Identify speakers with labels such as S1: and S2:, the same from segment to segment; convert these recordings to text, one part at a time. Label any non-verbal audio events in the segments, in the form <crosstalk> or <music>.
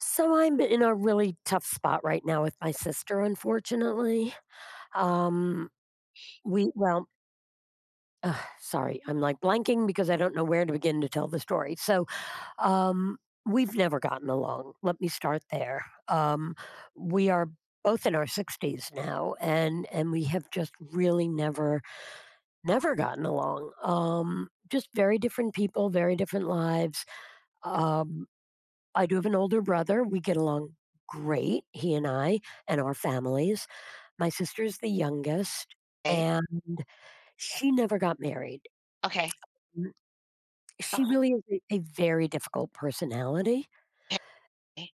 S1: So I'm in a really tough spot right now with my sister, unfortunately. Um, we, well, Sorry, I'm like blanking because I don't know where to begin to tell the story. So, um, we've never gotten along. Let me start there. We are both in our 60s now and we have just really never gotten along, just very different people, very different lives. um I do have an older brother. We get along great, he and I and our families. My sister's the youngest,
S2: Okay,
S1: and she never got married.
S2: okay,
S1: Mm, She really is a very difficult personality.
S2: okay,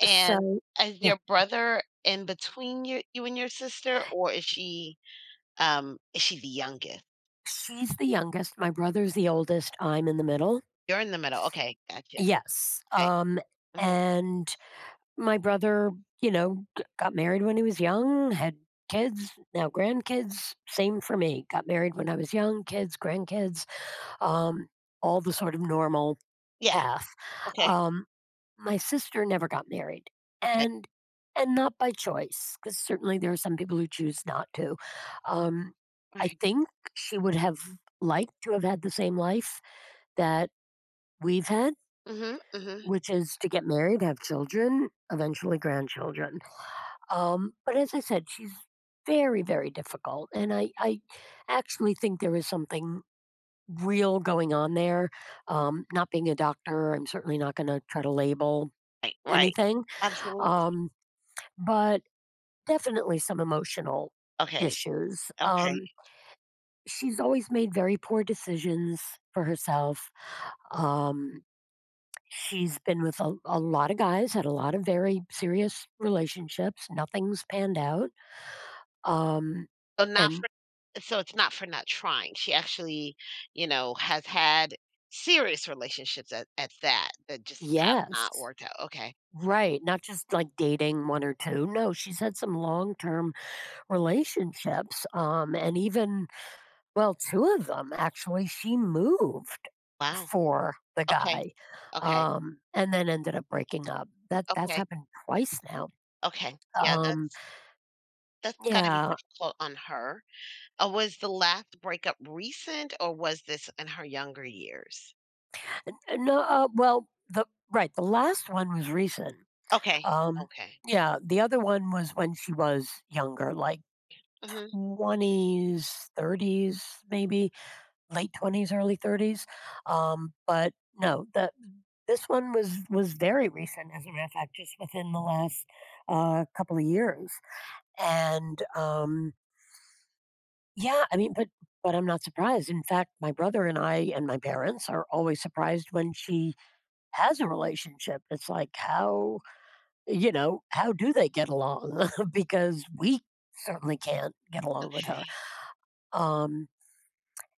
S2: and
S1: So,
S2: is
S1: yeah,
S2: your brother in between you and your sister, or is she the youngest?
S1: she's the youngest. My brother's the oldest. I'm in the middle.
S2: You're in the middle, okay, gotcha,
S1: Yes.
S2: okay,
S1: Um,
S2: mhm,
S1: and my brother, got married when he was young, had kids, now grandkids. Same for me. Got married when I was young, kids, grandkids. um, all the sort of normal
S2: yeah,
S1: path.
S2: okay,
S1: Um, my sister never got married,
S2: okay,
S1: and and not by choice, because certainly there are some people who choose not to. Um, I
S2: right,
S1: think she would have liked to have had the same life that we've had,
S2: mhm, mhm,
S1: which is to get married, have children, eventually grandchildren. But as I said, she's very, very difficult, and I actually think there is something real going on there. Not being a doctor, I'm certainly not going to try to label
S2: right, right,
S1: anything,
S2: absolutely,
S1: um, but definitely some emotional
S2: okay,
S1: issues.
S2: okay,
S1: She's always made very poor decisions for herself. Um, she's been with a lot of guys, had a lot of very serious relationships. Nothing's panned out. Um,
S2: so not
S1: and
S2: for so it's not for not trying, she actually, you know, has had serious relationships at that just have not
S1: yes,
S2: worked out, okay,
S1: right. Not just like dating one or two. No, she's had some long term relationships. And even, well, two of them actually, she moved
S2: wow,
S1: for the
S2: okay,
S1: guy,
S2: okay,
S1: and then ended up breaking up. That's
S2: okay.
S1: happened twice now.
S2: Okay, yeah,
S1: Um,
S2: that's gotta be
S1: yeah,
S2: difficult on her. Was the last breakup recent, or was this in her younger years?
S1: N- no, well, the right, the last one was recent.
S2: Okay,
S1: Um,
S2: okay.
S1: yeah, the other one was when she was younger, like
S2: Mhm.
S1: twenties, thirties, maybe late 20s, early 30s. But no, the this one was very recent, as a matter of fact, just within the last couple of years. And yeah, I mean, but I'm not surprised. In fact, my brother and I and my parents are always surprised when she has a relationship. It's like, how you know how do they get along? <laughs> Because we certainly can't get along with
S2: Okay,
S1: her. Um,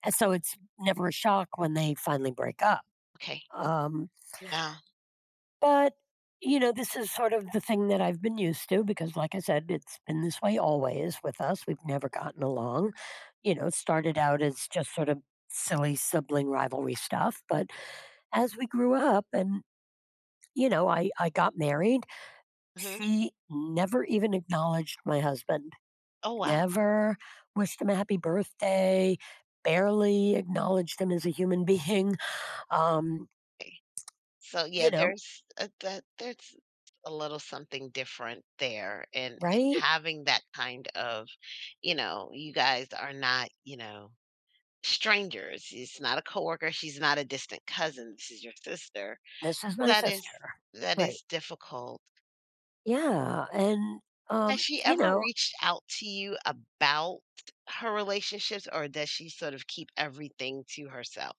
S1: and so it's never a shock when they finally break up.
S2: okay.
S1: Um,
S2: Yeah.
S1: But, this is sort of the thing that I've been used to because, like I said, it's been this way always with us. We've never gotten along. It started out as just sort of silly sibling rivalry stuff. But as we grew up and, I got married,
S2: Mhm.
S1: she never even acknowledged my husband,
S2: Oh, wow.
S1: never wished him a happy birthday, barely acknowledged him as a human being. Um,
S2: Okay. So, yeah,
S1: you know,
S2: there's a little something different there, and
S1: right?
S2: having that kind of, you know, you guys are not, you know, strangers. It's not a coworker, she's not a distant cousin, this is your sister.
S1: This is my
S2: That is
S1: sister.
S2: that
S1: Right.
S2: is difficult.
S1: Yeah, and,
S2: Has
S1: um,
S2: she
S1: you
S2: ever
S1: know
S2: reached out to you about her relationships, or does she sort of keep everything to herself?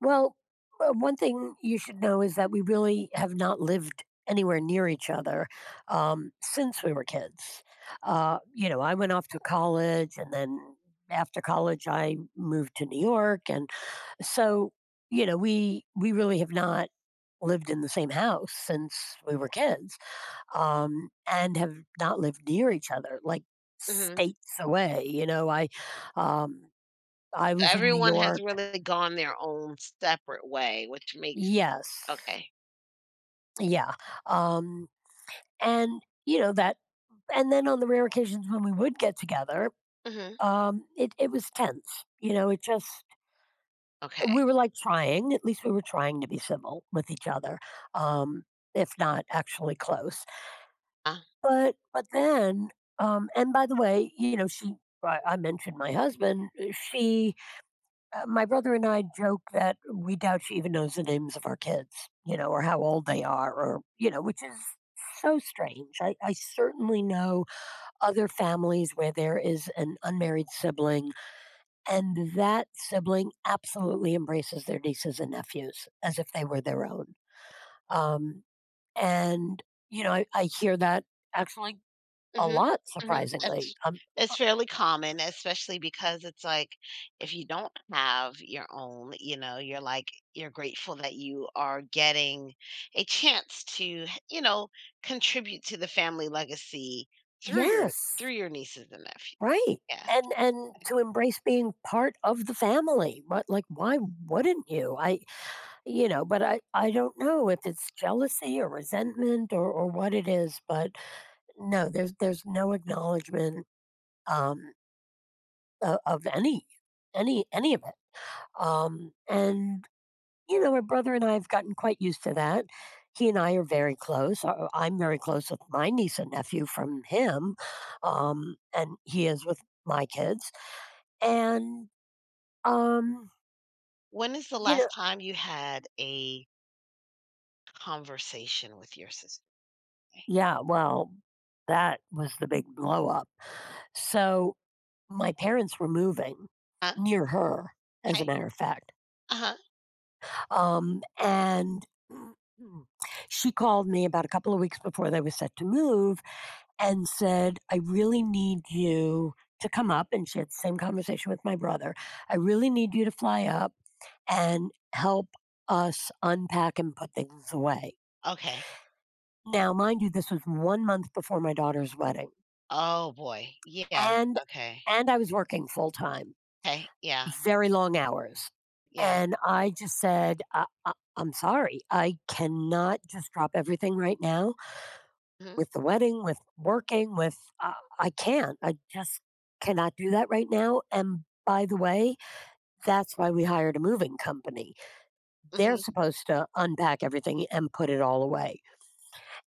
S1: well, one thing you should know is that we really have not lived anywhere near each other, since we were kids. You know, I went off to college, and then after college, I moved to New York, and so, we really have not lived in the same house since we were kids, and have not lived near each other, like,
S2: Mhm.
S1: states away, um I was in New
S2: Everyone has
S1: York.
S2: really gone their own separate way, which makes
S1: Yes.
S2: okay.
S1: Yeah. Um, and you know that And then on the rare occasions when we would get together,
S2: Mhm.
S1: it was tense. You know, it just
S2: Okay.
S1: We were like trying, at least we were trying to be civil with each other. Um, if not actually close.
S2: Uh-huh.
S1: But then and, by the way, you know, she I mentioned my husband. She My brother and I joke that we doubt she even knows the names of our kids, or how old they are, or, which is so strange. I certainly know other families where there is an unmarried sibling, and that sibling absolutely embraces their nieces and nephews as if they were their own. Um, and, I hear that actually a
S2: Mhm,
S1: lot,
S2: mhm.
S1: surprisingly.
S2: It's fairly common, especially because it's like, if you don't have your own, you know, you're grateful that you are getting a chance to, you know, contribute to the family legacy through your
S1: Yes.
S2: nieces and nephews.
S1: Right,
S2: Yes.
S1: and to embrace being part of the family, but, like, why wouldn't you? But I don't know if it's jealousy or resentment or what it is, but no, there's no acknowledgement, um, o of any of it, um, and, my brother and I have gotten quite used to that. He and I are very close. I'm very close with my niece and nephew from him, and he is with my kids, and Um,
S2: When is the
S1: you know
S2: last time you had a conversation with your sister?
S1: yeah, well, that was the big blow up. So, my parents were moving
S2: Huh?
S1: near her, as a
S2: Okay.
S1: matter of fact.
S2: Uh-huh.
S1: And <clears throat> she called me about a couple of weeks before they were set to move and said, "I really need you to come up," and she had the same conversation with my brother. "I really need you to fly up and help us unpack and put things away."
S2: Okay.
S1: Now, mind you, this was 1 month before my daughter's wedding,
S2: Oh boy. Yeah.
S1: and
S2: Okay.
S1: and I was working full time,
S2: Okay. Yeah.
S1: very long hours,
S2: Yeah.
S1: and I just said, I'm sorry, I cannot just drop everything right now
S2: Mhm.
S1: with the wedding, with working, with I can't. I just cannot do that right now, and by the way, that's why we hired a moving company. They're
S2: Mhm.
S1: supposed to unpack everything and put it all away."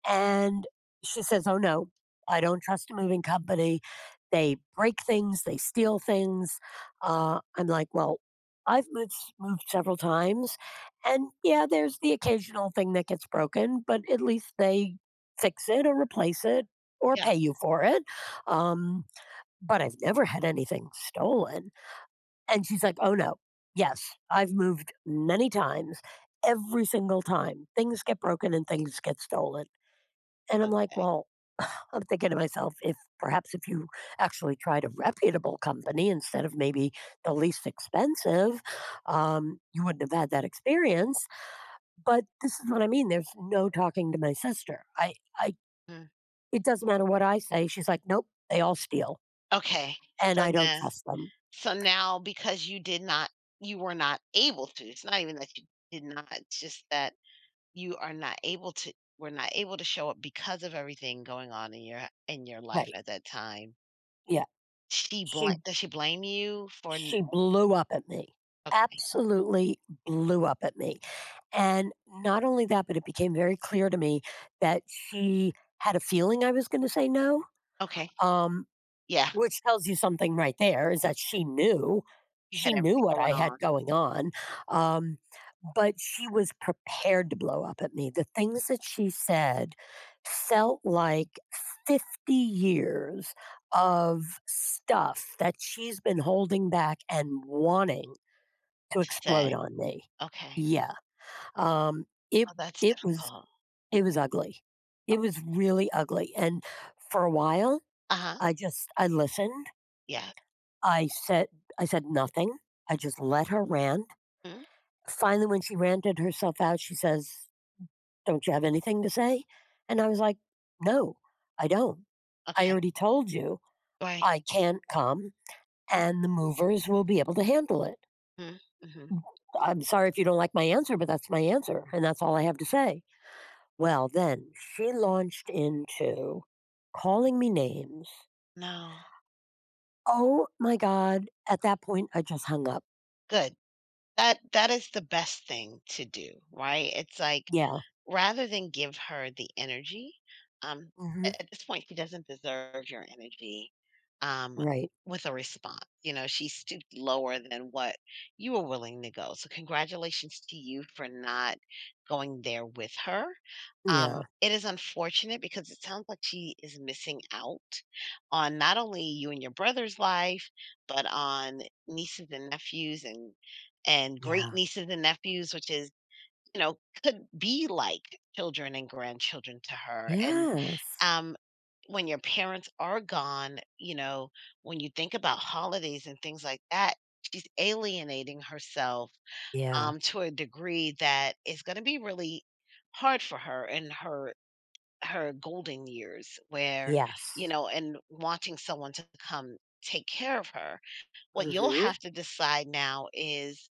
S1: And she says, "Oh, no, I don't trust a moving company. They break things, they steal things." I'm like, "Well, I've moved several times, and yeah, there's the occasional thing that gets broken, but at least they fix it or replace it or pay you for it. Um, but I've never had anything stolen." And she's like, "Oh, no, yes, I've moved many times. Every single time things get broken and things get stolen." And I'm like, well, I'm thinking to myself, if perhaps if you actually tried a reputable company instead of maybe the least expensive, you wouldn't have had that experience. But this is what I mean. There's no talking to my sister.
S2: Mhm.
S1: It doesn't matter what I say. She's like, nope, they all steal,
S2: Okay.
S1: and
S2: So
S1: I don't
S2: now
S1: trust them.
S2: so now because you did not, you were not able to, it's not even that you did not, it's just that you are not able to, were not able to show up because of everything going on in your life
S1: Right?
S2: at that time.
S1: Yeah.
S2: She
S1: She,
S2: bla does she blame you for n
S1: she blew up at me.
S2: okay,
S1: Absolutely blew up at me. And not only that, but it became very clear to me that she had a feeling I was going to say no.
S2: okay.
S1: Um,
S2: Yeah,
S1: which tells you something right there is that she knew.
S2: you
S1: She
S2: had
S1: knew
S2: everything
S1: what
S2: going
S1: I
S2: on
S1: had going on, um, but she was prepared to blow up at me. The things that she said felt like 50 years of stuff that she's been holding back and wanting to
S2: to
S1: explode
S2: say.
S1: on me.
S2: Okay.
S1: Yeah. Um, it
S2: Oh, that's
S1: it was
S2: difficult.
S1: it was ugly. It was really ugly. And for a while,
S2: Uh-huh.
S1: I listened.
S2: Yeah.
S1: I said I said nothing. I just let her rant.
S2: Mhm.
S1: Finally, when she ranted herself out, she says, "Don't you have anything to say?" And I was like, "No, I don't. I
S2: Okay.
S1: already told you
S2: Right.
S1: I can't come, and the movers will be able to handle it.
S2: Mhm. Mhm.
S1: I'm sorry if you don't like my answer, but that's my answer, and that's all I have to say." Well, then she launched into calling me names.
S2: No.
S1: Oh my God. At that point, I just hung up.
S2: Good. That is the best thing to do, right? It's like,
S1: Yeah.
S2: rather than give her the energy, um,
S1: Hmm.
S2: at this point, she doesn't deserve your energy, um,
S1: Right.
S2: with a response. You know, she stooped lower than what you were willing to go. So, congratulations to you for not going there with her.
S1: Yeah.
S2: It is unfortunate because it sounds like she is missing out on not only you and your brother's life, but on nieces and nephews and great
S1: Yeah.
S2: nieces and nephews, which is, you know, could be like children and grandchildren to her. And,
S1: Yes.
S2: um, when your parents are gone, you know, when you think about holidays and things like that, she's alienating herself,
S1: Yeah.
S2: to a degree that is going to be really hard for her in her golden years where, you
S1: Yes.
S2: know, and wanting someone to come take care of her, what you'll
S1: Mhm.
S2: have to decide now is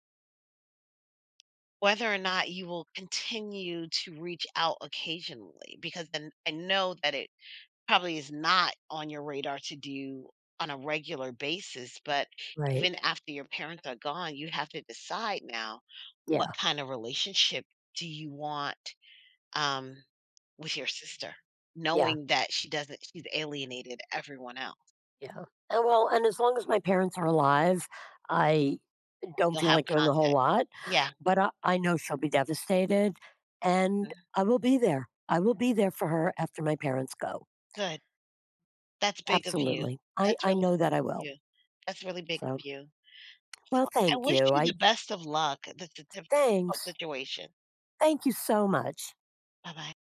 S2: whether or not you will continue to reach out occasionally because then I know that it probably is not on your radar to do on a regular basis, but
S1: Right.
S2: even after your parents are gone, you have to decide now what
S1: Yeah.
S2: kind of relationship do you want, um, with your sister,
S1: Yeah.
S2: knowing that she doesn't, she's alienated everyone else.
S1: Yeah. And Well, and as long as my parents are alive, I don't
S2: You'll
S1: feel
S2: have
S1: like doing a whole
S2: contact.
S1: lot,
S2: Yeah,
S1: but I know she'll be devastated and
S2: mhm,
S1: I will be there. I will be there for her after my parents go.
S2: good. That's big of you.
S1: Absolutely. I,
S2: That's
S1: I
S2: really
S1: know that I will.
S2: you. That's really big of
S1: So,
S2: you.
S1: well,
S2: So, I
S1: thank
S2: wish
S1: you.
S2: you the best of luck. Difficult
S1: Thanks.
S2: situation.
S1: Thank you so much.
S2: Bye-bye.